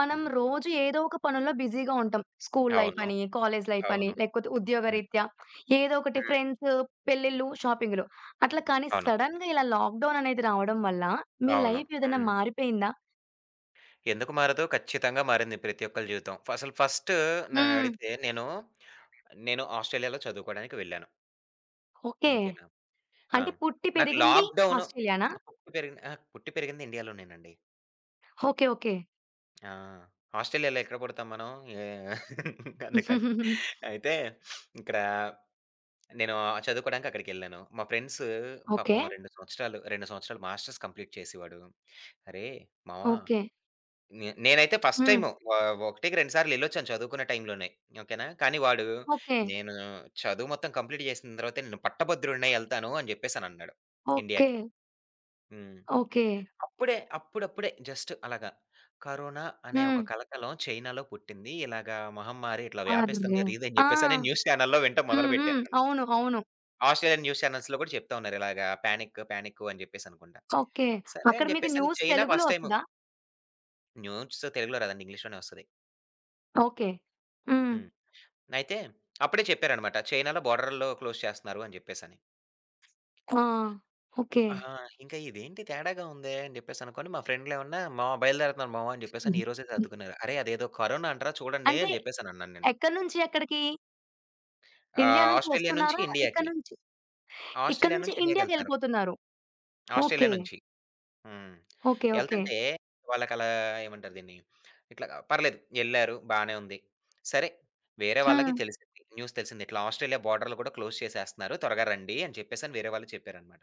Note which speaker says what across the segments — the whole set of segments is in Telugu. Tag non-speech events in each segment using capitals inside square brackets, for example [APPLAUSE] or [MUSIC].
Speaker 1: మనం
Speaker 2: హుహు.
Speaker 1: రోజు ఏదో ఒక పనుల్లో బిజీగా ఉంటాం. స్కూల్ లైఫ్
Speaker 2: అవును.
Speaker 1: అని, కాలేజ్ లైఫ్ అని,
Speaker 2: అవును.
Speaker 1: లేకపోతే
Speaker 2: హ్మ్.
Speaker 1: ఉద్యోగరీత్యా ఏదో ఒకటి
Speaker 2: హ్మ్.
Speaker 1: ఫ్రెండ్స్, పెళ్ళిళ్ళు, షాపింగ్‌లు. అట్లా కానీ
Speaker 2: అవును.
Speaker 1: సడెన్‌గా ఇలా లాక్‌డౌన్ అనేది రావడం వల్ల మీ
Speaker 2: అవును.
Speaker 1: లైఫ్ ఏదైనా
Speaker 2: హ్మ్.
Speaker 1: మారిపోయిందా?
Speaker 2: ఎందుకు మారదు? ఖచ్చితంగా మారింది ప్రతి ఒక్కళ్ళ జీవితం. అసలు ఫస్ట్
Speaker 1: హ్మ్.
Speaker 2: నన్నడిగితే నేను, నేను ఆస్ట్రేలియాలో చదువుకోవడానికి వెళ్ళాను.
Speaker 1: ఓకే.
Speaker 2: ఓకేనా? ఆ!
Speaker 1: అంటే పుట్టి
Speaker 2: నాకు
Speaker 1: పెరిగింది
Speaker 2: లాక్‌డౌను
Speaker 1: ఆస్ట్రేలియానా?
Speaker 2: పుట్టి పెరిగింది అహా! పుట్టి పెరిగింది ఇండియాలోనేనండి.
Speaker 1: ఓకే. ఓకే.
Speaker 2: ఆ! ఆస్ట్రేలియాలో ఎక్కడ పుడతాం మనం? ఏ [LAUGHS] అందుకని.
Speaker 1: [LAUGHS]
Speaker 2: అయితే ఇక్కడ నేను చదువుకోవడానికి అక్కడికెళ్ళాను. మా ఫ్రెండ్స్
Speaker 1: ఓకే.
Speaker 2: పాపం 2 సంవత్సరాలు, 2 సంవత్సరాలు మాస్టర్స్ కంప్లీట్ చేసేవాడు. "అరేయ్ మామ".
Speaker 1: ఓకే.
Speaker 2: నేనైతే ఫస్ట్
Speaker 1: హ్మ్.
Speaker 2: టైము ఒకటికి రెండు సార్లు ఎళ్ళొచ్చాను చదువుకునే టైంలోనే. ఓకేనా. కానీ వాడు
Speaker 1: ఓకే.
Speaker 2: నేను చదువు మొత్తం కంప్లీట్ చేసిన తర్వాతే నేను పట్టభద్రుడినై ఎళ్తాను అని చెప్పేసనన్నాడు
Speaker 1: ఓకే.
Speaker 2: ఇండియాకి. హ్మ్.
Speaker 1: ఓకే.
Speaker 2: అప్పుడప్పుడే జస్ట్ అలాగా కరోనా అనే ఒక
Speaker 1: హ్మ్.
Speaker 2: కలకలం చైనాలో పుట్టింది. ఇలాగా మహమ్మారి ఇట్లా వ్యాపిస్తుంది
Speaker 1: అర్రె!
Speaker 2: అది ఇది అని
Speaker 1: ఆ!
Speaker 2: చెప్పేసని న్యూస్ ఛానెల్‌లో వినటం
Speaker 1: హ్మ్. హ్మ్.
Speaker 2: మొదలుపెట్టానండి.
Speaker 1: అవును. అవును.
Speaker 2: ఆస్ట్రేలియన్ న్యూస్ ఛానెల్స్‌లో కూడా చెప్తా ఉన్నారు ఇలాగా పానిక్ అని చెప్పేసనుకుంటా.
Speaker 1: ఓకే.
Speaker 2: సరే
Speaker 1: అక్కడ
Speaker 2: అని
Speaker 1: మీకు
Speaker 2: చెప్పేసని
Speaker 1: న్యూస్
Speaker 2: చైనా
Speaker 1: తెలుగులో
Speaker 2: ఫస్ట్ టైము
Speaker 1: వస్తదా?
Speaker 2: న్యూస్ తెలుగులో రాదండి, ఇంగ్లీష్‌లోనే వస్తది.
Speaker 1: ఓకే. హ్మ్.
Speaker 2: హ్మ్. అయితే అప్పుడే చెప్పారనమాట. చైనాలో బోర్డర్‌లో క్లోజ్ చేస్తున్నారు అని జెప్పేసని.
Speaker 1: ఆ! ఓకే.
Speaker 2: ఆహా! ఇంకా ఇదేంటి తేడాగా ఉందే అని జెప్పేసనుకోని మా ఫ్రెండ్‌లేమన్నా మావ బయలుదేరుతున్నాను మావ అని
Speaker 1: హుహు.
Speaker 2: జెప్పేసని ఈ రోజే
Speaker 1: హ్మ్.
Speaker 2: సర్దుకున్నారు. అరే! అదేదో కరోనా అంటరా చూడండి
Speaker 1: అంటే
Speaker 2: అని జెప్పేసనన్నాను నేను.
Speaker 1: ఎక్కడి నుంచి ఎక్కడికి? ఇండియా
Speaker 2: ఆహ్,
Speaker 1: నుంచి
Speaker 2: ఆస్ట్రేలియా నుంచి
Speaker 1: వస్తున్నారా? ఇక్కడి
Speaker 2: ఇండియాకి,
Speaker 1: నుంచి ఇక్కడి
Speaker 2: ఆస్ట్రేలియా
Speaker 1: నుంచి
Speaker 2: నుంచి ఇండియాకెళ్తున్నారు.
Speaker 1: ఇండియాకెళ్ళిపోతున్నారు.
Speaker 2: Australia
Speaker 1: okay.
Speaker 2: నుంచి. హ్మ్.
Speaker 1: ఓకే. ఓకే.
Speaker 2: ఎళ్తుంటే వాళ్ళకలా ఏమంటారు దీన్ని? ఇట్లా పర్లేదు ఎళ్లారు, బానే ఉంది. సరే వేరే వాళ్ళకి
Speaker 1: హ్మ్.
Speaker 2: తెలిసింది. న్యూస్ తెలిసింది. ఇట్లా ఆస్ట్రేలియా బోర్డర్‌లు కూడా క్లోజ్ చేసేస్తున్నారు. త్వరగా రండి అని చెప్పేసని వేరే వాళ్ళు చెప్పారనమాట.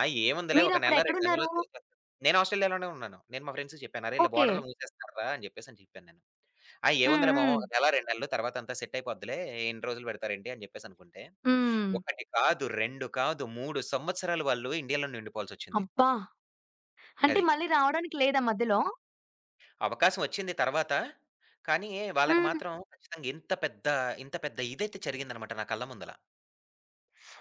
Speaker 2: ఆ! ఏముందిలే ఒక
Speaker 1: మీరప్పుడు
Speaker 2: నెల, 2
Speaker 1: ఎక్కడున్నారు?
Speaker 2: నెలల్లో తెరిచేస్తారు. నేను ఆస్ట్రేలియాలోనే ఉన్నాను. నేను మా ఫ్రెండ్స్‌కి చెప్పాను. "అరే! ఇలా
Speaker 1: ఓకే.
Speaker 2: బోర్డర్‌లు మూసేస్తున్నారురా" అని చెప్పేసని చెప్పాను నేను. "ఆ!
Speaker 1: హ్మ్.
Speaker 2: ఏముందిలే మామ,
Speaker 1: హ్మ్.
Speaker 2: ఒక నెల, 2 నెలలు తర్వాత అంతా సెట్ అయిపోద్దిలే. ఎన్ని రోజులు పెడతారేంటి" అని చెప్పేసనుకుంటే,
Speaker 1: హ్మ్.
Speaker 2: 1 కాదు, 2 కాదు, 3 సంవత్సరాలు వాళ్ళు ఇండియాలోనే ఉండిపోవాల్సొచ్చింది.
Speaker 1: అబ్బా! అంటే
Speaker 2: అది.
Speaker 1: మళ్ళీ రావడానికి లేదా మధ్యలో?
Speaker 2: అవకాశం వచ్చింది తర్వాత. కానీ, వాళ్ళకి
Speaker 1: హ్మ్.
Speaker 2: మాత్రం ఖచ్చితంగా ఇంత పెద్ద ఇదైతే జరిగిందనమాట నా కళ్ళ ముందల.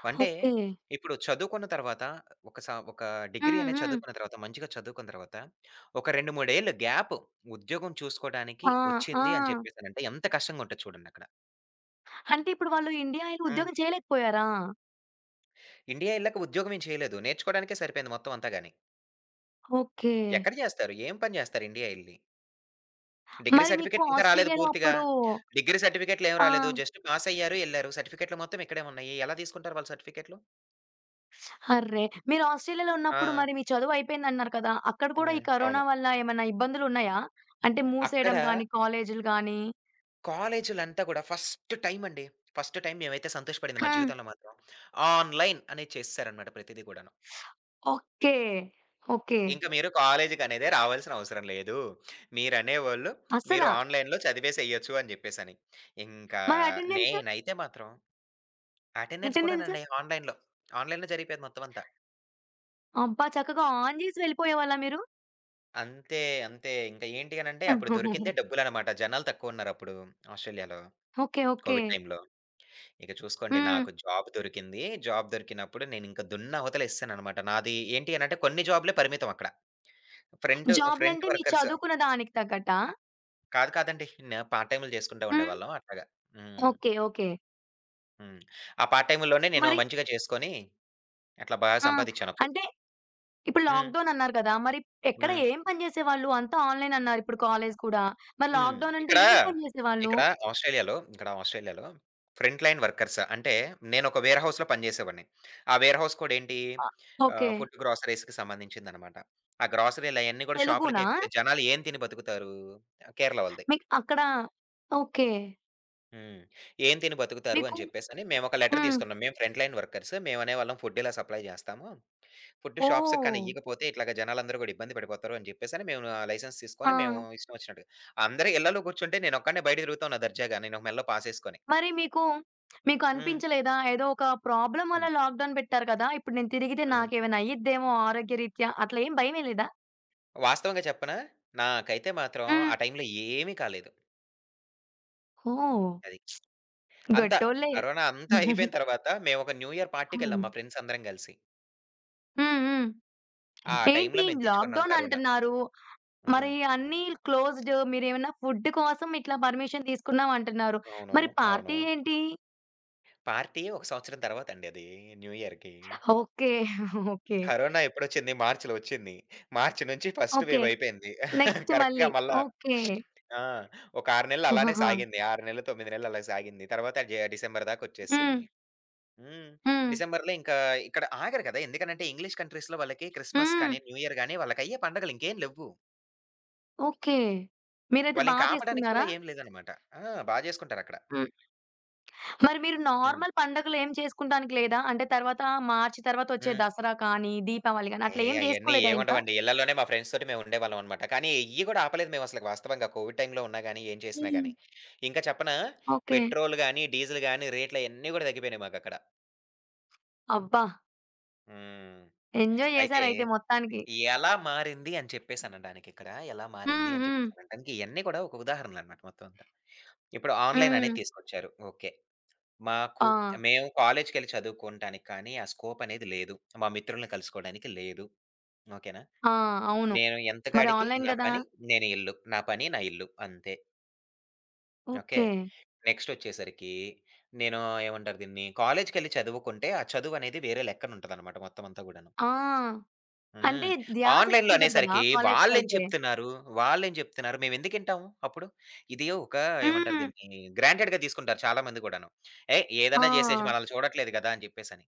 Speaker 2: అంటే,
Speaker 1: ఓకే.
Speaker 2: ఇప్పుడు చదువుకున్న తర్వాత ఒక డిగ్రీ
Speaker 1: హ్మ్.
Speaker 2: అనేది
Speaker 1: హ్మ్.
Speaker 2: చదువుకున్న తర్వాత, మంచిగా చదువుకున్న తర్వాత, ఒక 2, 3 ఏళ్ళు గ్యాప్ ఉద్యోగం
Speaker 1: ఆ!
Speaker 2: చూసుకోడానికి
Speaker 1: ఆ!
Speaker 2: వచ్చింది అని చెప్పేసనంటే, ఎంత కష్టంగా ఉంటది చూడండక్కడ.
Speaker 1: అంటే ఇప్పుడు వాళ్ళు ఇండియా ఎళ్ళి
Speaker 2: హ్మ్.
Speaker 1: ఉద్యోగం చేయలేకపోయారా?
Speaker 2: ఇండియా ఎళ్ళాక ఉద్యోగం ఏం చేయలేదు. నేర్చుకోవడానికే సరిపోయింది మొత్తం అంతా గాని.
Speaker 1: ఓకే.
Speaker 2: ఎక్కడ జేస్తారు? ఏం పని జేస్తారు ఇండియా ఎళ్లి? డిగ్రీ
Speaker 1: మరి మీకు
Speaker 2: సర్టిఫికేట్ ఇంకా రాలేదు
Speaker 1: ఆస్ట్రేలియాలో
Speaker 2: పూర్తిగా.
Speaker 1: అప్పుడు
Speaker 2: డిగ్రీ సర్టిఫికేట్‌లేమి రాలేదు.
Speaker 1: ఆ!
Speaker 2: జస్ట్ పాసయ్యారు, ఎళ్లారు. సర్టిఫికేట్‌లు మొత్తం ఇక్కడే ఉన్నాయి. ఎలా తీసుకుంటారు వాళ్ళు సర్టిఫికేట్‌లు?
Speaker 1: అర్రే! మీరు ఆస్ట్రేలియాలో
Speaker 2: ఆ!
Speaker 1: ఉన్నప్పుడు మరి మీ చదువు అయిపోయిందన్నారు కదా! అక్కడ కూడా ఈ
Speaker 2: హ్మ్. అవును.
Speaker 1: కరోనా వల్ల ఏమన్నా ఇబ్బందులున్నాయా? అంటే
Speaker 2: అక్కడ
Speaker 1: మూసేయడం కానీ, కాలేజీలు గానీ
Speaker 2: కాలేజీలంతా గూడా ఫస్ట్ టైమండి. ఫస్ట్ టైమ్ మేమైతే సంతోషపడింది మా
Speaker 1: హ్మ్.
Speaker 2: జీవితంలో మాత్రం. ఆన్‌లైన్ అనేది చేసేసారనమాట ప్రతిది గూడాను.
Speaker 1: ఓకే. ఓకే.
Speaker 2: ఇంక మీరు కాలేజీకనేదే రావాల్సిన అవసరం లేదు. మీరనేవోళ్ళు మీరు
Speaker 1: అస్సలా?
Speaker 2: ఆన్‌లైన్‌లో చదివేసేయొచ్చు అని జెప్పేసని. ఇంకా
Speaker 1: మరి అటెండెన్స్?
Speaker 2: నేనైతే మాత్రం అటెండెన్స్
Speaker 1: అటెండెన్స్?
Speaker 2: కూడానండి ఆన్‌లైన్‌లో. ఆన్‌లైన్‌లో జరిగిపోయేది మొత్తం అంతా.
Speaker 1: అబ్బా! చక్కగా ఆన్ జేసి వెళ్ళిపోయేవాళ్ళా మీరు?
Speaker 2: అంతే. అంతే. ఇంకా ఏంటి అనంటే అప్పుడు దొరికిందే డబ్బులనమాట. జనాలు తక్కువున్నారప్పుడు ఆస్ట్రేలియాలో
Speaker 1: ఓకే. ఓకే.
Speaker 2: కోవిడ్ టైమ్‌లో. ఇక చూసుకోండి
Speaker 1: హ్మ్.
Speaker 2: నాకు జాబ్ దొరికింది. జాబ్ దొరికినప్పుడు నేనింక దున్ని అవతలేసేసాననమాట. నాది ఏంటి అనంటే కొన్ని జాబ్‌లే పరిమితం అక్కడ. ఫ్రంట్
Speaker 1: జాబ్‌లంటే మీరు
Speaker 2: వర్కర్స్,
Speaker 1: చదువుకున్న దానికి తగ్గట్టా?
Speaker 2: కాదండి. పార్ట్ టైమ్‌లు చేసుకుంటా
Speaker 1: హ్మ్.
Speaker 2: ఉండేవాళ్ళం అట్లాగా. హ్మ్.
Speaker 1: ఓకే. ఓకే.
Speaker 2: హ్మ్. ఆ పార్ట్ టైమ్‌లోనే నేను
Speaker 1: మరి
Speaker 2: మంచిగా చేసుకొని అట్లా బాగా
Speaker 1: ఆ!
Speaker 2: సంపాదిచ్చానప్పుడు.
Speaker 1: అంటే ఇప్పుడు
Speaker 2: హ్మ్.
Speaker 1: లాక్‌డౌన్ అన్నారు కదా! మరి ఎక్కడ
Speaker 2: హ్మ్.
Speaker 1: ఏం పని చేసేవాళ్ళు? అంతా ఆన్‌లైన్ అన్నారు ఇప్పుడు కాలేజ్ కూడా. మరి
Speaker 2: హ్మ్.
Speaker 1: లాక్‌డౌన్ అంటే ఏం పని చేసేవాళ్ళు?
Speaker 2: ఇక్కడ ఇక్కడ ఆస్ట్రేలియాలో ఫ్రంట్ లైన్ వర్కర్స్ అంటే నేనొక వేర్ హౌస్‌లో పనిజేసేవాడిని. ఆ వేర్ హౌస్ కూడా ఏంటి
Speaker 1: ఆ! ఓకే.
Speaker 2: ఆహ్, ఫుడ్ గ్రోసరీస్‌కి సంబంధించిందనమాట. ఆ గ్రోసరీలయన్నీ గూడా
Speaker 1: తెలుగునా?
Speaker 2: షాపులకే పోతే జనాలు ఏం తిని బతుకుతారు? కేరళ వాళ్ళది.
Speaker 1: మీకు అక్కడ ఓకే.
Speaker 2: హ్మ్. ఏం తిని బతుకుతారు
Speaker 1: మీకు
Speaker 2: అని చెప్పేసని మేమొక లెటర్
Speaker 1: హ్మ్.
Speaker 2: తీసుకున్నాం. మేము ఫ్రంట్ లైన్ వర్కర్స్. మేము అనేవాళ్ళం ఫుడ్ ఇలా సప్లై జేస్తాము. Food shops
Speaker 1: oh!
Speaker 2: కానీయకపోతే ఇట్లాగ జనాలందరూ గూడా ఇబ్బంది పడిపోతారు అని జెప్పేసని మేము లైసెన్స్
Speaker 1: ఆ!
Speaker 2: తీసుకొని మేము ఇష్టం వచ్చినట్టుగా అందరూ ఇళ్ళలో కూర్చుంటే నేనొక్కడినే బయట తిరుగుతా ఉన్నా దర్జాగా. నేను మెడలో పాసేసుకొని.
Speaker 1: మరి మీకు మీకు
Speaker 2: హ్మ్.
Speaker 1: అనిపించలేదా? ఏదో ఒక ప్రాబ్లమ్ వల్ల
Speaker 2: హ్మ్.
Speaker 1: లాక్‌డౌన్ పెట్టారు కదా! ఇప్పుడు నేను తిరిగితే
Speaker 2: హ్మ్.
Speaker 1: నాకేమైనా అయ్యిద్దేమో ఆరోగ్యరీత్యా అట్లా ఏం భయమేయలేదా?
Speaker 2: వాస్తవంగా చెప్పనా? నాకైతే మాత్రం
Speaker 1: హ్మ్.
Speaker 2: ఆ టైంలో ఏమీ కాలేదు.
Speaker 1: ఓహ్!
Speaker 2: అది. అంతా
Speaker 1: గట్టోళ్ళే.
Speaker 2: కరోనా అంతా అయిపోయిన
Speaker 1: [LAUGHS]
Speaker 2: తర్వాత మేమొక న్యూ ఇయర్ పార్టీకెళ్ళాం
Speaker 1: హ్మ్.
Speaker 2: మా ఫ్రెండ్స్ అందరం గలిసి.
Speaker 1: హ్మ్. హ్మ్.
Speaker 2: ఆ టైంలో
Speaker 1: ఏంటి
Speaker 2: మేము తెచ్చుకున్నాం
Speaker 1: లాక్‌డౌన్
Speaker 2: కరోనా.
Speaker 1: అంటున్నారు. మరి
Speaker 2: హ్మ్.
Speaker 1: అన్నీ క్లోజ్డ్ మీరేమన్నా ఫుడ్ కోసం ఇట్లా పర్మిషన్ తీసుకున్నాం అంటున్నారు.
Speaker 2: అవును.
Speaker 1: మరి
Speaker 2: అవును.
Speaker 1: పార్టీ ఏంటి?
Speaker 2: పార్టీ ఒక సంవత్సరం తర్వాతండి, అది న్యూ ఇయర్‌కి.
Speaker 1: ఓకే. ఓకే.
Speaker 2: కరోనా ఎప్పుడొచ్చింది? మార్చ్‌లో వచ్చింది. మార్చి నుంచి ఫస్ట్
Speaker 1: ఓకే.
Speaker 2: వేవ్ అయిపోయింది.
Speaker 1: నెక్స్ట్
Speaker 2: కరెక్ట్‌గా
Speaker 1: మళ్ళీ
Speaker 2: మళ్ళా
Speaker 1: ఓకే.
Speaker 2: ఆ! ఒక 6 నెలలు అలానే
Speaker 1: ఆహాహా!
Speaker 2: సాగింది. 6 నెలలు, 9 నెలలు అలా సాగింది. తర్వాత డిసెంబర్ దాకా
Speaker 1: హ్మ్.
Speaker 2: వచ్చేసింది. హ్మ్.
Speaker 1: హ్మ్.
Speaker 2: డిసెంబర్‌లో ఇంకా ఇక్కడ ఆగరు కదా! ఎందుకనంటే ఇంగ్లీష్ కంట్రీస్‌లో వాళ్ళకి క్రిస్మస్
Speaker 1: హ్మ్.
Speaker 2: కానీ, న్యూ ఇయర్ గాని వాళ్ళకయ్యే పండగలు ఇంకేం లెవ్వు.
Speaker 1: ఓకే. మీరైతే బా
Speaker 2: వాళ్ళింక ఆపడానికి కూడా
Speaker 1: చేసుకున్నారా?
Speaker 2: ఏం లేదనమాట. ఆ! బా జేసుకుంటారక్కడ.
Speaker 1: హ్మ్. మరి మీరు
Speaker 2: హ్మ్.
Speaker 1: నార్మల్ పండగలు ఏం చేసుకుంటానికి లేదా? అంటే తర్వాత మార్చి తర్వాత వచ్చే
Speaker 2: హ్మ్.
Speaker 1: దసరా కానీ, దీపావళి గానీ అట్లా
Speaker 2: ఏహ్!
Speaker 1: ఏం
Speaker 2: అయన్నీ
Speaker 1: చేసుకోలేదా ఇంకా?
Speaker 2: ఏముండవండి. ఇళ్ళలోనే మా ఫ్రెండ్స్ తోటి మేము ఉండేవాళ్ళం అనమాట. కానీ ఎయ్యి కూడా ఆపలేదు మేమసలకి వాస్తవంగా. కోవిడ్ టైమ్‌లో ఉన్నా గాని, ఏం చేసినా
Speaker 1: హ్మ్.
Speaker 2: గాని. ఇంకా చెప్పనా,
Speaker 1: ఓకే.
Speaker 2: పెట్రోల్ గాని, డీజిల్ గాని రేట్లయన్నీ గూడా తగ్గిపోయినాయి మాకక్కడ.
Speaker 1: అబ్బా!
Speaker 2: హ్మ్.
Speaker 1: ఎంజాయ్
Speaker 2: అయితే
Speaker 1: చేసారైతే మొత్తానికి.
Speaker 2: ఎలా మారింది అని చెప్పేసనడానికి ఇక్కడ ఎలా మారింది
Speaker 1: హ్మ్.
Speaker 2: అని
Speaker 1: హ్మ్.
Speaker 2: చెప్పేసనడానికి ఇయన్నీ కూడా ఒక ఉదాహరణలనమాట మొత్తం అంతా. ఇప్పుడు ఆన్‌లైన్
Speaker 1: హ్మ్.
Speaker 2: అనేది తీసుకొచ్చారు. ఓకే.
Speaker 1: ఆ!
Speaker 2: మాకు మేము కాలేజ్‌కెళ్ళి చదువుకోవటానికి కానీ, ఆ స్కోప్ అనేది లేదు. మా మిత్రుల్ని కలుసుకోవడానికి లేదు. ఓకేనా?
Speaker 1: ఆ! అవును.
Speaker 2: నేను ఎంత
Speaker 1: మరి
Speaker 2: కాడికి
Speaker 1: ఆన్‌లైన్
Speaker 2: నా
Speaker 1: గదా!
Speaker 2: పని, నేను ఇల్లు. నా పని, నా ఇల్లు, అంతే. ఓకే.
Speaker 1: ఓకే.
Speaker 2: నెక్స్టొచ్చేసరికి నేను ఏమంటారు దీన్ని, కాలేజ్‌కెళ్ళి చదువుకుంటే, ఆ చదువనేది వేరే లెక్కన ఉంటదనమాట మొత్తం అంతా గూడాను.
Speaker 1: ఆ! అంటే
Speaker 2: హ్మ్.
Speaker 1: ధ్యాస
Speaker 2: ఆన్‌లైన్‌లో
Speaker 1: ఎక్కువుంటది కదా!
Speaker 2: అనేసరికి
Speaker 1: కాలేజ్‌కెళ్తే.
Speaker 2: వాళ్ళేం చెప్తున్నారు, మేమెందుకింటాము అప్పుడు? ఇది ఒక ఏమంటారు
Speaker 1: హ్మ్.
Speaker 2: దీన్ని, గ్రాంటెడ్‌గా తీసుకుంటారు చాలా మంది గూడాను. ఏయ్!
Speaker 1: ఆ!
Speaker 2: ఏదన్నా జేసేసి మనల్ని చూడట్లేదు గదా! అని జెప్పేసని.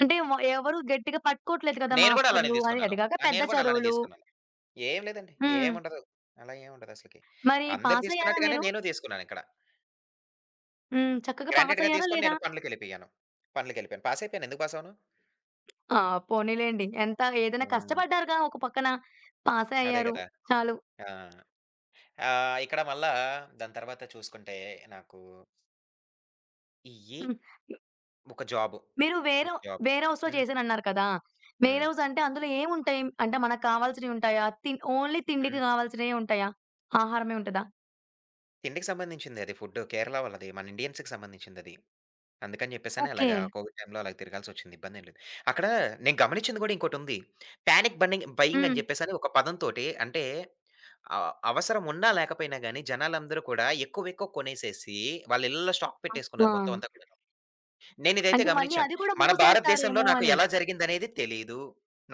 Speaker 1: అంటే వ ఎవరు గట్టిగా పట్టుకోవట్లేదు కదా!
Speaker 2: నేను గూడా అలానే
Speaker 1: మాస్టర్‌లు. అది
Speaker 2: తీసుకున్నాను.
Speaker 1: అదిగాక
Speaker 2: ఆ!
Speaker 1: పెద్ద
Speaker 2: నేను గూడా అలానే
Speaker 1: చదువులు.
Speaker 2: తీసుకున్నాను. ఏం లేదండి.
Speaker 1: హ్మ్.
Speaker 2: ఏముండదు. అలా ఏముండదసలకి.
Speaker 1: మరి
Speaker 2: అందరూ
Speaker 1: పాసయ్యారా
Speaker 2: తీసుకున్నట్టుగానే
Speaker 1: మీరు?
Speaker 2: నేను తీసుకున్నానిక్కడ.
Speaker 1: హ్మ్. చక్కగా
Speaker 2: గ్రాంటెడ్‌గా
Speaker 1: పాసయ్యారా
Speaker 2: తీసుకొని
Speaker 1: లేదా?
Speaker 2: నేను పనులకెళ్ళిపోయాను. పాస్ అయిపోయాను. ఎందుకు పాస్ అవ్వను?
Speaker 1: ఆ! పోనీలెండి. ఎంత ఏదైనా
Speaker 2: హ్మ్.
Speaker 1: కష్టపడ్డారుగా ఒక పక్కన. పాసే
Speaker 2: అదే
Speaker 1: అయ్యారు.
Speaker 2: గదా!
Speaker 1: చాలు.
Speaker 2: ఆ! ఆహ్, ఇక్కడ మళ్ళా దాని తర్వాత చూసుకుంటే నాకు ఇయ్యి,
Speaker 1: హ్మ్.
Speaker 2: ఒక జాబు.
Speaker 1: మీరు వేరే
Speaker 2: ఒక జాబు.
Speaker 1: వేర్ హౌస్‌లో
Speaker 2: హ్మ్.
Speaker 1: చేశానన్నారు కదా! వేర్
Speaker 2: హ్మ్.
Speaker 1: హౌస్ అంటే అందులో ఏముంటాయి? అంటే మనకు కావాల్సినవి ఉంటాయా? తిన్ ఓన్లీ తిండికి
Speaker 2: హ్మ్.
Speaker 1: కావాల్సినయే ఉంటాయా? ఆహారమే ఉంటదా?
Speaker 2: తిండికి సంబంధించింది అది ఫుడ్డు. కేరళ వాళ్ళది. మన ఇండియన్స్‌కి సంబంధించిందది. అందుకని జెప్పేసని
Speaker 1: ఓకే.
Speaker 2: అలాగా కోవిడ్ టైమ్‌లో అలాగ తిరగాల్సొచ్చింది. ఇబ్బందేం లేదు. అక్కడ నేను గమనించింది గూడా ఇంకోటుంది. పానిక్ బన్నింగ్ బయింగ్ అని
Speaker 1: హ్మ్.
Speaker 2: జెప్పేసని ఒక పదంతోటి అంటే ఆహ్, అవసరం ఉన్నా లేకపోయినా గానీ జనాలందరూ కూడా ఎక్కువ ఎక్కువ కొనేసేసి వాళ్ళ ఇళ్లల్లో స్టాక్ పెట్టేసుకున్నారు
Speaker 1: ఆ!
Speaker 2: మొత్తం అంతా కూడాను. నేనిదైతే
Speaker 1: అంటే మళ్ళీ
Speaker 2: గమనిచ్చాను.
Speaker 1: అది కూడా
Speaker 2: మన భారతదేశంలో
Speaker 1: మూసేస్తారేమో
Speaker 2: నాకు
Speaker 1: అని.
Speaker 2: ఎలా జరిగిందనేది తెలీదు.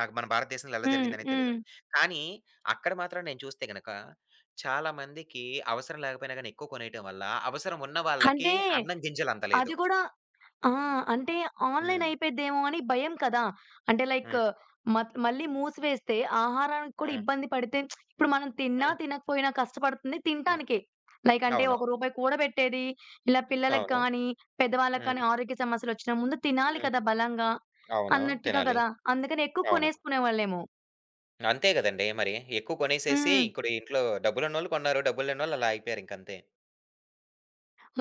Speaker 2: నాకు మన భారతదేశంలో ఎలా
Speaker 1: హ్మ్.
Speaker 2: జరిగిందనేది తెలీదు.
Speaker 1: హ్మ్.
Speaker 2: కానీ అక్కడ మాత్రం నేను చూస్తే గనక చాలా మందికి అవసరం లేకపోయినా గానీ ఎక్కువ కొనేయటం వల్ల అవసరం ఉన్న వాళ్ళకి
Speaker 1: అంటే
Speaker 2: అన్నం గింజలందలేదు.
Speaker 1: అది కూడా ఆ! అంటే ఆన్‌లైన్
Speaker 2: హ్మ్.
Speaker 1: అయిపోయిద్దేమో అని భయం కదా! అంటే లైక్
Speaker 2: హ్మ్.
Speaker 1: మత్ మళ్ళీ మూసివేస్తే ఆహారానికి కూడా
Speaker 2: హ్మ్.
Speaker 1: ఇబ్బంది పడితే ఇప్పుడు మనం తిన్నా,
Speaker 2: హ్మ్.
Speaker 1: తినకపోయినా కష్టపడుతుంది
Speaker 2: హ్మ్.
Speaker 1: తినటానికే. లైక్ అంటే రూ.
Speaker 2: అవును.
Speaker 1: 1 కూడబెట్టేది ఇలా పిల్లలకి
Speaker 2: అవును.
Speaker 1: కానీ, పెద్దవాళ్ళకి కానీ
Speaker 2: హ్మ్.
Speaker 1: ఆరోగ్య సమస్యలొచ్చినా ముందు తినాలి
Speaker 2: హ్మ్.
Speaker 1: కదా బలంగా
Speaker 2: అవును.
Speaker 1: అన్నట్టుగా
Speaker 2: తినాలి.
Speaker 1: కదా! అందుకని ఎక్కువ
Speaker 2: అవును.
Speaker 1: కొనేసుకునేవాళ్ళేమో.
Speaker 2: అంతే గదండీ! మరి ఎక్కువ కొనేసేసి
Speaker 1: హ్మ్.
Speaker 2: ఇప్పుడు ఇంట్లో డబ్బులున్నోళ్ళు కొన్నారు. డబ్బుల్లేనోళ్ళు అలా అయిపోయారింకంతే.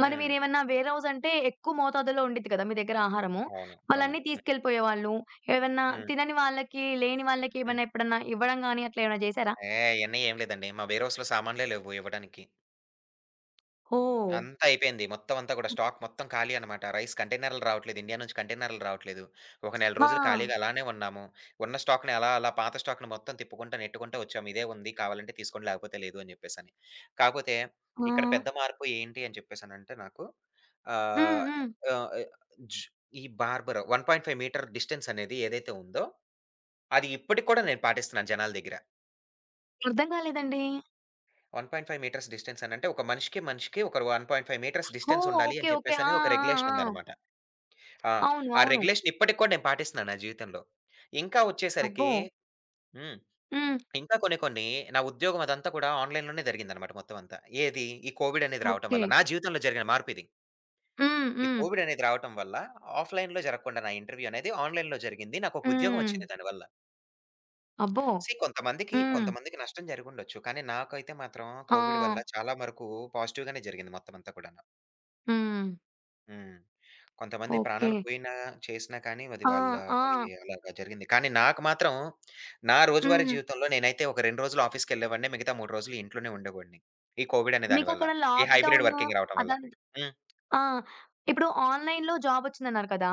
Speaker 1: మరి
Speaker 2: హ్మ్.
Speaker 1: మీరేమన్నా వేర్‌హౌస్ అంటే ఎక్కువ మోతాదులో ఉండిద్ది కదా! మీ దగ్గర ఆహారము.
Speaker 2: అవును. అవును.
Speaker 1: వాళ్ళన్నీ
Speaker 2: హ్మ్.
Speaker 1: తీసుకెళ్ళిపోయేవాళ్ళు. ఏవన్నా
Speaker 2: హ్మ్.
Speaker 1: తినని వాళ్ళకి, లేని వాళ్ళకి
Speaker 2: హ్మ్.
Speaker 1: ఏమన్నా ఎప్పుడన్నా ఇవ్వడం గాని అట్లా ఏమైనా చేశారా?
Speaker 2: ఏహ్! అయన్నీ ఏం లేదండి. మా వేర్‌హౌస్‌లో సామాన్లే లేవు ఇవ్వడానికి.
Speaker 1: ఓహ్!
Speaker 2: అంతా అయిపోయింది. మొత్తం అంతా కూడా స్టాక్ మొత్తం ఖాళీ అనమాట. రైస్ కంటైనర్‌లు రావట్లేదు. ఇండియా నుంచి కంటైనర్‌లు రావట్లేదు. ఒక నెల
Speaker 1: ఆ!
Speaker 2: రోజులు ఖాళీగా అలానే ఉన్నాము. ఉన్న స్టాక్‌ని అలా అలా పాత స్టాక్‌ని మొత్తం తిప్పుకుంటా, నెట్టుకుంటా వచ్చాము. ఇదే ఉంది, కావాలంటే తీసుకోండి లేకపోతే లేదు అని జెప్పేసని. కాపోతే ఇక్కడ
Speaker 1: ఆ!
Speaker 2: పెద్ద మార్పు ఏంటి అని చెప్పేసనంటే నాకు
Speaker 1: హ్మ్.
Speaker 2: ఆహ్,
Speaker 1: హ్మ్.
Speaker 2: ఆహ్, జు ఈ బార్బర్ 1.5 మీటర్ డిస్టెన్స్ అనేది ఏదైతే ఉందో అది ఇప్పటికి కూడా నేను పాటిస్తున్నాను జనాల దగ్గర.
Speaker 1: అర్థం కాలేదండి.
Speaker 2: 1.5 మీటర్స్ డిస్టెన్స్ అనంటే ఒక మనిషికి, మనిషికి ఒక 1.5 మీటర్స్ డిస్టెన్స్
Speaker 1: ఓహ్!
Speaker 2: ఉండాలి
Speaker 1: ఓకే.
Speaker 2: అని
Speaker 1: ఓకే. ఆ!
Speaker 2: చెప్పేసని ఒక
Speaker 1: ఆ!
Speaker 2: రెగ్యులేషన్
Speaker 1: ఆ!
Speaker 2: ఉందనమాట. ఆ!
Speaker 1: అవును.
Speaker 2: ఆ
Speaker 1: అవును.
Speaker 2: రెగ్యులేషన్ ఇప్పటికి కూడా నేను పాటిస్తున్నాను నా జీవితంలో. ఇంకా వచ్చేసరికి
Speaker 1: అబ్బో!
Speaker 2: హ్మ్.
Speaker 1: హ్మ్.
Speaker 2: ఇంకా కొన్ని కొన్ని నా ఉద్యోగం అదంతా కూడా ఆన్‌లైన్‌లోనే జరిగిందనమాట మొత్తం అంతా. ఏది? ఈ కోవిడ్ అనేది రావటం
Speaker 1: ఓకే.
Speaker 2: వల్ల. నా జీవితంలో జరిగిన మార్పిది.
Speaker 1: హ్మ్.
Speaker 2: ఈ
Speaker 1: హ్మ్.
Speaker 2: కోవిడ్ అనేది రావటం వల్ల ఆఫ్‌లైన్‌లో జరగకుండా నా ఇంటర్వ్యూ అనేది ఆన్‌లైన్‌లో జరిగింది. నాకొక ఉద్యోగం
Speaker 1: హ్మ్.
Speaker 2: వచ్చింది దానివల్ల.
Speaker 1: అబ్బో! హ్మ్.
Speaker 2: కొంతమందికి నష్టం జరిగుండొచ్చు. కానీ నాకైతే మాత్రం
Speaker 1: ఆ!
Speaker 2: కోవిడ్ వల్ల చాలా వరకు పాజిటివ్‌గానే జరిగింది మొత్తం అంతా కూడాను.
Speaker 1: హ్మ్.
Speaker 2: హ్మ్. కొంతమంది
Speaker 1: ఓకే.
Speaker 2: ప్రాణాలు పోయినా, చేసినా కానీ అది
Speaker 1: ఆ!
Speaker 2: వాళ్ళ మరి
Speaker 1: ఆ!
Speaker 2: అలాగా జరిగింది. కానీ నాకు మాత్రం నా రోజువారీ
Speaker 1: హ్మ్.
Speaker 2: జీవితంలో నేనైతే ఒక 2 రోజులు ఆఫీస్‌కెళ్ళేవాడిని. మిగతా 3 రోజులు ఇంట్లోనే ఉండేవాడిని. ఈ కోవిడ్ అనే దాని వల్ల.
Speaker 1: మీకక్కడ
Speaker 2: ఈ హైబ్రిడ్
Speaker 1: లాక్‌డౌను
Speaker 2: వర్కింగ్ రావటం వల్ల.
Speaker 1: అదం
Speaker 2: హ్మ్.
Speaker 1: ఆ! ఇప్పుడు ఆన్‌లైన్‌లో జాబొచ్చిందన్నారు కదా!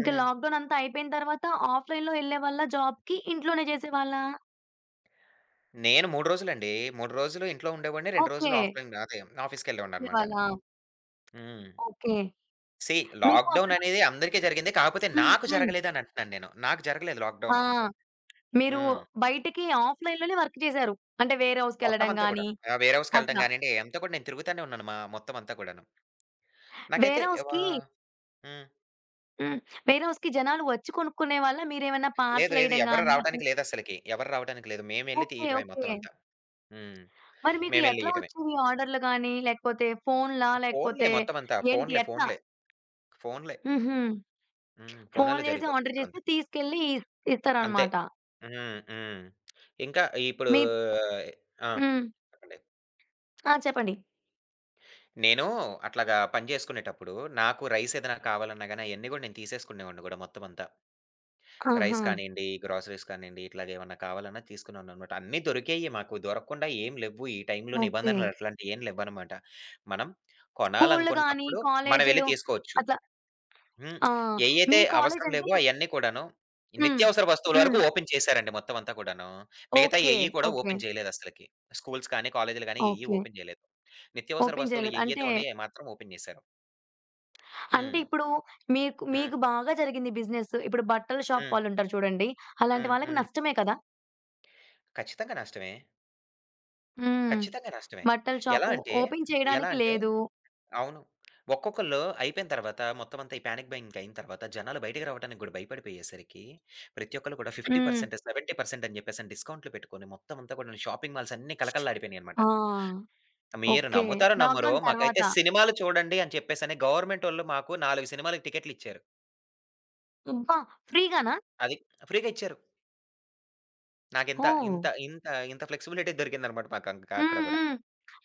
Speaker 1: ఇంకా లాక్‌డౌన్ అంతా అయిపోయిన తర్వాత ఆఫ్‌లైన్‌లో ఎళ్ళేవాళ్ళా జాబ్‌కి? ఇంట్లోనే చేసేవాళ్ళా?
Speaker 2: నేను 3 రోజులండి. 3 రోజులు ఇంట్లో ఉండేవాడిని. 2
Speaker 1: ఓకే.
Speaker 2: రోజులు ఆఫ్‌లైన్, అదే ఆఫీస్‌కెళ్ళేవాడిననమాట.
Speaker 1: వెళ్ళేవాళ్ళా?
Speaker 2: హ్మ్.
Speaker 1: ఓకే.
Speaker 2: సీ
Speaker 1: మీకు
Speaker 2: లాక్‌డౌన్
Speaker 1: అక్కడ
Speaker 2: అనేది అందరికీ జరిగింది. కాకపోతే
Speaker 1: హ్మ్.
Speaker 2: నాకు
Speaker 1: హ్మ్.
Speaker 2: జరగలేదని అంటున్నాను నేను. నాకు జరగలేదు లాక్‌డౌను.
Speaker 1: ఆ! మీరు
Speaker 2: హ్మ్.
Speaker 1: బయటికి ఆఫ్‌లైన్‌లోనే వర్క్ చేశారు. అంటే వేర్
Speaker 2: మొత్తం
Speaker 1: హౌస్‌కెళ్ళడం
Speaker 2: అంతా
Speaker 1: గాని
Speaker 2: కూడాను. ఆహ్, వేర్ హౌస్‌కెళ్ళటం
Speaker 1: అట్లా.
Speaker 2: గానియండి, అంతా కూడా నేను తిరుగుతానే ఉన్నాను మా మొత్తం అంతా కూడాను. నాకైతే
Speaker 1: వేర్
Speaker 2: వ
Speaker 1: హౌస్‌కి
Speaker 2: హ్మ్.
Speaker 1: హ్మ్. వేర్ హౌస్‌కి జనాలు వచ్చి కొనుక్కునేవాళ్ళా? మీరేమన్నా
Speaker 2: లేదు.
Speaker 1: పార్సెలేయడం
Speaker 2: ఎవరు
Speaker 1: గాని అట్లా
Speaker 2: రావడానికి లేదస్సలకి. ఎవరు రావడానికి లేదు. మేమెళ్లి
Speaker 1: ఓకే.
Speaker 2: తీయటమే
Speaker 1: ఓకే.
Speaker 2: మొత్తం అంతా. హ్మ్.
Speaker 1: మరి మీకు
Speaker 2: మేమెళ్లి
Speaker 1: ఎట్లా
Speaker 2: ఇయటమే.
Speaker 1: వచ్చేవి ఆర్డర్‌లు గాని, లేకపోతే ఫోన్‌లా?
Speaker 2: ఫోనులే
Speaker 1: లేకపోతే
Speaker 2: మొత్తం అంతా.
Speaker 1: ఏంటి ఎట్లా?
Speaker 2: ఫోనులే.
Speaker 1: హుహు.
Speaker 2: హ్మ్.
Speaker 1: ఫోను
Speaker 2: ఫోనుల్లో
Speaker 1: చేసి
Speaker 2: జరిగిపోద్ది
Speaker 1: ఆర్డర్
Speaker 2: మొత్తం
Speaker 1: చేస్తే
Speaker 2: అంతా.
Speaker 1: తీసుకెళ్ళి ఇస్
Speaker 2: అంతే.
Speaker 1: ఇస్తారనమాట.
Speaker 2: హ్మ్. హ్మ్. ఇంకా ఇప్పుడు
Speaker 1: మీ
Speaker 2: ఆ!
Speaker 1: హ్మ్.
Speaker 2: చెప్పండి.
Speaker 1: ఆ! చెప్పండి.
Speaker 2: నేను అట్లాగా పని జేసుకునేటప్పుడు నాకు రైస్ ఏదైనా కావాలన్నా గాని అయన్నీ గూడా నేను తీసేసుకునేవాడిని గూడా మొత్తం అంతా.
Speaker 1: ఆహా!
Speaker 2: రైస్ కానియండి, గ్రోసరీస్ కానియండి, ఇట్లాగేమన్నా కావాలన్నా తీసుకునేవాడిననమాట. అన్నీ దొరికేయి మాకు. దొరకకుండా ఏం లేవ్వు. ఈ టైంలో
Speaker 1: ఓకే.
Speaker 2: నిబంధనలు అట్లాంటియేం లెవ్వనమాట. మనం
Speaker 1: స్కూల్లు గాని,
Speaker 2: కొనాలనుకున్నప్పుడు, మనం వెళ్లి
Speaker 1: కాలేజీలు
Speaker 2: తీసుకోవచ్చు.
Speaker 1: అట్లా
Speaker 2: హ్మ్.
Speaker 1: ఆ!
Speaker 2: ఏయైతే
Speaker 1: మీ కాలేజ్
Speaker 2: అవసరం
Speaker 1: అంటే
Speaker 2: లేవో అయన్నీ కూడాను
Speaker 1: హ్మ్.
Speaker 2: నిత్యావసర వస్తువుల
Speaker 1: హ్మ్.
Speaker 2: వరకు ఓపెన్ చేశారండి మొత్తం అంతా కూడాను. మిగతా
Speaker 1: ఓకే.
Speaker 2: ఏయి కూడా
Speaker 1: ఓకే.
Speaker 2: ఓపెన్ చేయలేదస్సలకి. స్కూల్స్ కానీ, కాలేజీలు గానీ ఏయి
Speaker 1: ఓకే.
Speaker 2: ఓపెన్ చేయలేదు. నిత్యావసర
Speaker 1: ఓపెన్
Speaker 2: వస్తువులు
Speaker 1: చేయలేదు.
Speaker 2: ఏయైతే
Speaker 1: అంటే,
Speaker 2: ఉన్నాయో అయి మాత్రం ఓపెన్ చేశారు.
Speaker 1: అంటే
Speaker 2: హ్మ్.
Speaker 1: ఇప్పుడు మీకు,
Speaker 2: హ్మ్.
Speaker 1: మీకు బాగా జరిగింది బిజినెస్. ఇప్పుడు బట్టల షాప్
Speaker 2: హ్మ్.
Speaker 1: వాళ్ళుంటారు చూడండి. అలాంటి
Speaker 2: హ్మ్.
Speaker 1: వాళ్ళకి
Speaker 2: హ్మ్.
Speaker 1: నష్టమే కదా!
Speaker 2: ఖచ్చితంగా నష్టమే.
Speaker 1: హ్మ్.
Speaker 2: ఖచ్చితంగా నష్టమే.
Speaker 1: బట్టల
Speaker 2: ఎలా
Speaker 1: షాపు
Speaker 2: అంటే,
Speaker 1: ఓపెన్
Speaker 2: ఎలా
Speaker 1: చేయడానికి
Speaker 2: అంటే
Speaker 1: లేదు.
Speaker 2: అవును. ఒక్కొక్కళ్ళు అయిపోయిన తర్వాత మొత్తం అంతా ఈ పానిక్ బయింగ్ అయిన తర్వాత జనాలు బయటికి రావడానికి గూడా భయపడిపోయేసరికి ప్రతి ఒక్కళ్ళు కూడా
Speaker 1: హ్మ్.
Speaker 2: 50%, 70% అని చెప్పేసని డిస్కౌంట్‌లు పెట్టుకొని మొత్తం అంతా కూడాను షాపింగ్ మాల్స్ అన్నీ కళకళలాడిపోయినాయన్నమాట.
Speaker 1: ఆ!
Speaker 2: మీరు
Speaker 1: ఓకే.
Speaker 2: నమ్ముతారో నమ్మరో,
Speaker 1: లాక్‌డౌన్ తర్వాత.
Speaker 2: మాకైతే సినిమాలు చూడండి అని చెప్పేసని గవర్నమెంటోళ్ళు మాకు 4 సినిమాలకి టికెట్లు ఇచ్చారు.
Speaker 1: అబ్బా! ఫ్రీగానా?
Speaker 2: అది ఫ్రీగా ఇచ్చారు. నాకింత
Speaker 1: ఓహ్!
Speaker 2: ఇంత ఇంత ఇంత ఇంత ఫ్లెక్సిబిలిటీ దొరికిందన్నమాట మాకు అంక
Speaker 1: హ్మ్.
Speaker 2: అక్కడ గూడా.
Speaker 1: హ్మ్.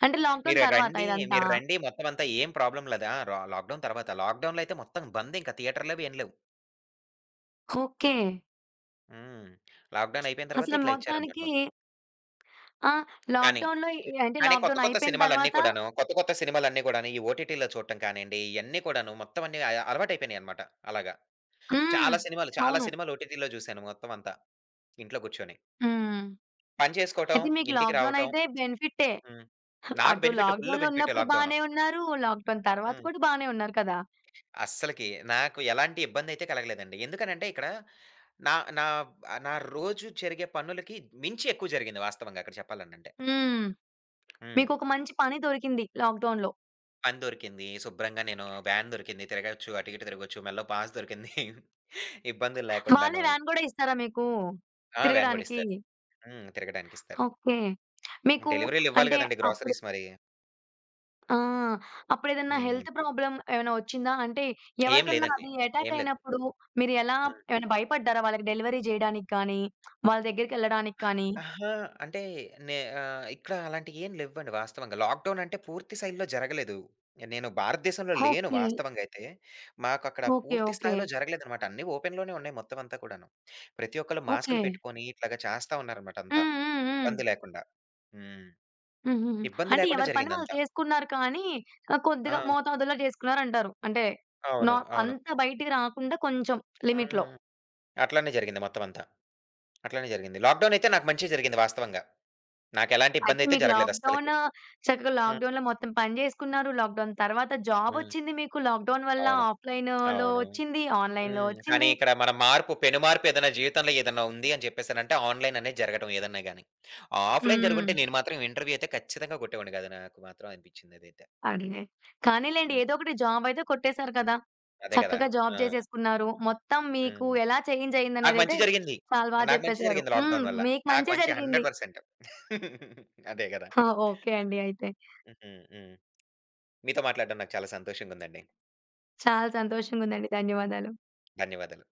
Speaker 1: అంటే లాక్‌డౌన్
Speaker 2: మీరు
Speaker 1: తర్వాత
Speaker 2: రండి,
Speaker 1: ఇదంతా.
Speaker 2: మీరు రండి, మొత్తం అంతా ఏం ప్రాబ్లమ్ లేదు. ఆ! రా లాక్‌డౌన్ తర్వాత. లాక్‌డౌన్‌లో అయితే మొత్తం బంద్, ఇంక థియేటర్‌లు అవి ఏం లేవు.
Speaker 1: ఓకే.
Speaker 2: హ్మ్. లాక్‌డౌన్ అయిపోయిన తర్వాత
Speaker 1: అసలు
Speaker 2: ఇట్లా ఇచ్చారన్నమాట
Speaker 1: మొత్తానికి
Speaker 2: మొత్తం.
Speaker 1: ఆ!
Speaker 2: కానీ,
Speaker 1: లాక్‌డౌన్‌లో ఎ అంటే
Speaker 2: కానీ
Speaker 1: లాక్‌డౌన్ అయిపోయిన తర్వాత
Speaker 2: కొత్త కొత్త సినిమాలన్నీ కూడాను ఈ ఓటీటీలో చూడటం కానియండి, ఇయన్నీ కూడాను మొత్తం అన్నీ అలవాటయిపోయినాయన్నమాట. అలాగా.
Speaker 1: హ్మ్.
Speaker 2: చాలా
Speaker 1: అవును.
Speaker 2: సినిమాలు ఓటీటీలో చూసాను మొత్తం అంతా. ఇంట్లో కూర్చొని.
Speaker 1: హ్మ్.
Speaker 2: పని చేసుకోవటం,
Speaker 1: అయితే మీకు
Speaker 2: ఇంటికి
Speaker 1: లాక్‌డౌన్
Speaker 2: రావటం.
Speaker 1: అయితే బెనిఫిట్టే.
Speaker 2: హ్మ్. నాకు
Speaker 1: అటు
Speaker 2: బెనిఫిట్, ఫుల్
Speaker 1: లాక్‌డౌన్‌లో
Speaker 2: బెనిఫిట్
Speaker 1: ఉన్నప్పుడు
Speaker 2: లాక్‌డౌను.
Speaker 1: బానే ఉన్నారు. లాక్‌డౌన్ తర్వాత
Speaker 2: హ్మ్.
Speaker 1: కూడా బానే ఉన్నారు కదా!
Speaker 2: అస్సలకి నాకు ఎలాంటి ఇబ్బందయితే కలగలేదండి. ఎందుకనంటే ఇక్కడ నా నా నా రోజు జరిగే పనులకి మించి ఎక్కువ జరిగింది వాస్తవంగా అక్కడ చెప్పాలనంటే.
Speaker 1: హ్మ్.
Speaker 2: హ్మ్.
Speaker 1: మీకొక మంచి పని దొరికింది లాక్‌డౌన్‌లో.
Speaker 2: పని దొరికింది. శుభ్రంగా నేను వ్యాన్ దొరికింది. తిరగొచ్చు. అటు ఇటు తిరగొచ్చు. మెడలో పాస్ దొరికింది. [LAUGHS] ఇబ్బందులు
Speaker 1: వాళ్ళే
Speaker 2: లేకుండాను.
Speaker 1: వ్యాన్ గూడా ఇస్తారా మీకు
Speaker 2: ఆ! వ్యాన్ గూడా
Speaker 1: తిరగడానికి?
Speaker 2: ఇస్తారు. హ్మ్. తిరగడానికిస్తారు.
Speaker 1: ఓకే. మీకు
Speaker 2: డెలివరీలివ్వాలి
Speaker 1: అంటే
Speaker 2: గదండీ
Speaker 1: అప్పుడు
Speaker 2: గ్రోసరీస్ మరి.
Speaker 1: ఆ! అప్పుడేదన్నా
Speaker 2: హ్మ్.
Speaker 1: హెల్త్ ప్రాబ్లమ్ ఏమైనా వచ్చిందా? అంటే
Speaker 2: ఏం
Speaker 1: ఎవరికన్నా
Speaker 2: లేదండి.
Speaker 1: అది అటాక్
Speaker 2: ఏం లేదు.
Speaker 1: అయినప్పుడు మీరు ఎలా ఏమైనా భయపడ్డారా? వాళ్ళకి డెలివరీ జేయడానికి కానీ, వాళ్ళ దగ్గరికెళ్ళడానికి కానీ?
Speaker 2: అహా! అంటే నే ఆహ్, ఇక్కడ అలాంటియేం లెవ్వండి వాస్తవంగా. లాక్‌డౌన్ అంటే పూర్తి స్థాయిలో జరగలేదు. నేను భారతదేశంలో లేను
Speaker 1: ఓకే.
Speaker 2: వాస్తవంగా అయితే. మాకక్కడ
Speaker 1: ఓకే.
Speaker 2: పూర్తి
Speaker 1: ఓకే.
Speaker 2: స్థాయిలో జరగలేదనమాట. అన్నీ ఓపెన్‌లోనే ఉన్నాయి మొత్తం అంతా కూడాను. ప్రతి ఒక్కళ్ళు
Speaker 1: ఓకే.
Speaker 2: మాస్కులు పెట్టుకొని ఇట్లాగా చేస్తా ఉన్నారనమాట అంతా.
Speaker 1: హ్మ్. హ్మ్. హ్మ్.
Speaker 2: ఇబ్బంది లేకుండా. హ్మ్.
Speaker 1: హుహుహు.
Speaker 2: ఇబ్బంది
Speaker 1: అంటే
Speaker 2: లేకుండా
Speaker 1: ఎవరి పని వాళ్ళు
Speaker 2: జరిగిందంతా.
Speaker 1: చేసుకున్నారు కానీ, ఆహ్,
Speaker 2: ఆ!
Speaker 1: కొద్దిగా మోతాదులో చేసుకున్నారంటారు. అంటే, నా
Speaker 2: అవును. అవును.
Speaker 1: అంత బయటికి రాకుండా కొంచెం లిమిట్‌లో.
Speaker 2: హ్మ్. అట్లానే జరిగింది మొత్తం అంతా. అట్లానే జరిగింది. లాక్‌డౌన్ అయితే నాకు మంచే జరిగింది వాస్తవంగా. నాకెలాంటి
Speaker 1: అయితే
Speaker 2: ఇబ్బందయితే
Speaker 1: మీకు
Speaker 2: జరగలేదు
Speaker 1: లాక్‌డౌన్
Speaker 2: అస్సలకి.
Speaker 1: చక్కగా
Speaker 2: హ్మ్.
Speaker 1: లాక్‌డౌన్‌లో మొత్తం పని జేసుకున్నారు. లాక్‌డౌన్ తర్వాత
Speaker 2: హ్మ్.
Speaker 1: జాబొచ్చింది మీకు. లాక్‌డౌన్ వల్ల
Speaker 2: అవును.
Speaker 1: ఆఫ్‌లైన్‌లో
Speaker 2: అవును.
Speaker 1: వచ్చింది. ఆన్‌లైన్‌లో
Speaker 2: హ్మ్. కానీ
Speaker 1: వచ్చింది.
Speaker 2: ఇక్కడ మన మార్పు, పెను మార్పు ఏదైనా జీవితంలో ఏదన్నా ఉంది అని చెప్పేసనంటే ఆన్‌లైన్ అనేది జరగటం ఏదన్నా గాని. ఆఫ్‌లైన్
Speaker 1: హ్మ్.
Speaker 2: జరుగుంటే నేను మాత్రం ఇంటర్వ్యూ అయితే ఖచ్చితంగా కొట్టేవాడిని కాదు. నాకు మాత్రం అనిపించింది అదైతే.
Speaker 1: అదే. కానీలెండి
Speaker 2: హ్మ్.
Speaker 1: ఏదో ఒకటి జాబ్ అయితే కొట్టేసారు కదా!
Speaker 2: అదే కదా!
Speaker 1: చక్కగా
Speaker 2: ఆ!
Speaker 1: జాబ్ జేసేసుకున్నారు. మొత్తం మీకు
Speaker 2: హ్మ్.
Speaker 1: ఎలా చేంజ్
Speaker 2: నాకు మంచి
Speaker 1: అయిందనేదైతే
Speaker 2: జరిగింది.
Speaker 1: చాలా బా
Speaker 2: నాకు మంచి
Speaker 1: జెప్పేశారు.
Speaker 2: జరిగింది
Speaker 1: హ్మ్.
Speaker 2: లాక్‌డౌన్ వల్ల.
Speaker 1: మీకు
Speaker 2: నాకు
Speaker 1: మంచే
Speaker 2: మంచి
Speaker 1: జరిగింది.
Speaker 2: 100% [LAUGHS] అదే కదా!
Speaker 1: [LAUGHS] ఓకే అండి అయితే.
Speaker 2: హ్మ్. హ్మ్. మీతో మాట్లాడడం నాకు చాలా సంతోషంగుందండి.
Speaker 1: చాలా సంతోషంగుందండి. ధన్యవాదాలు.
Speaker 2: ధన్యవాదాలు.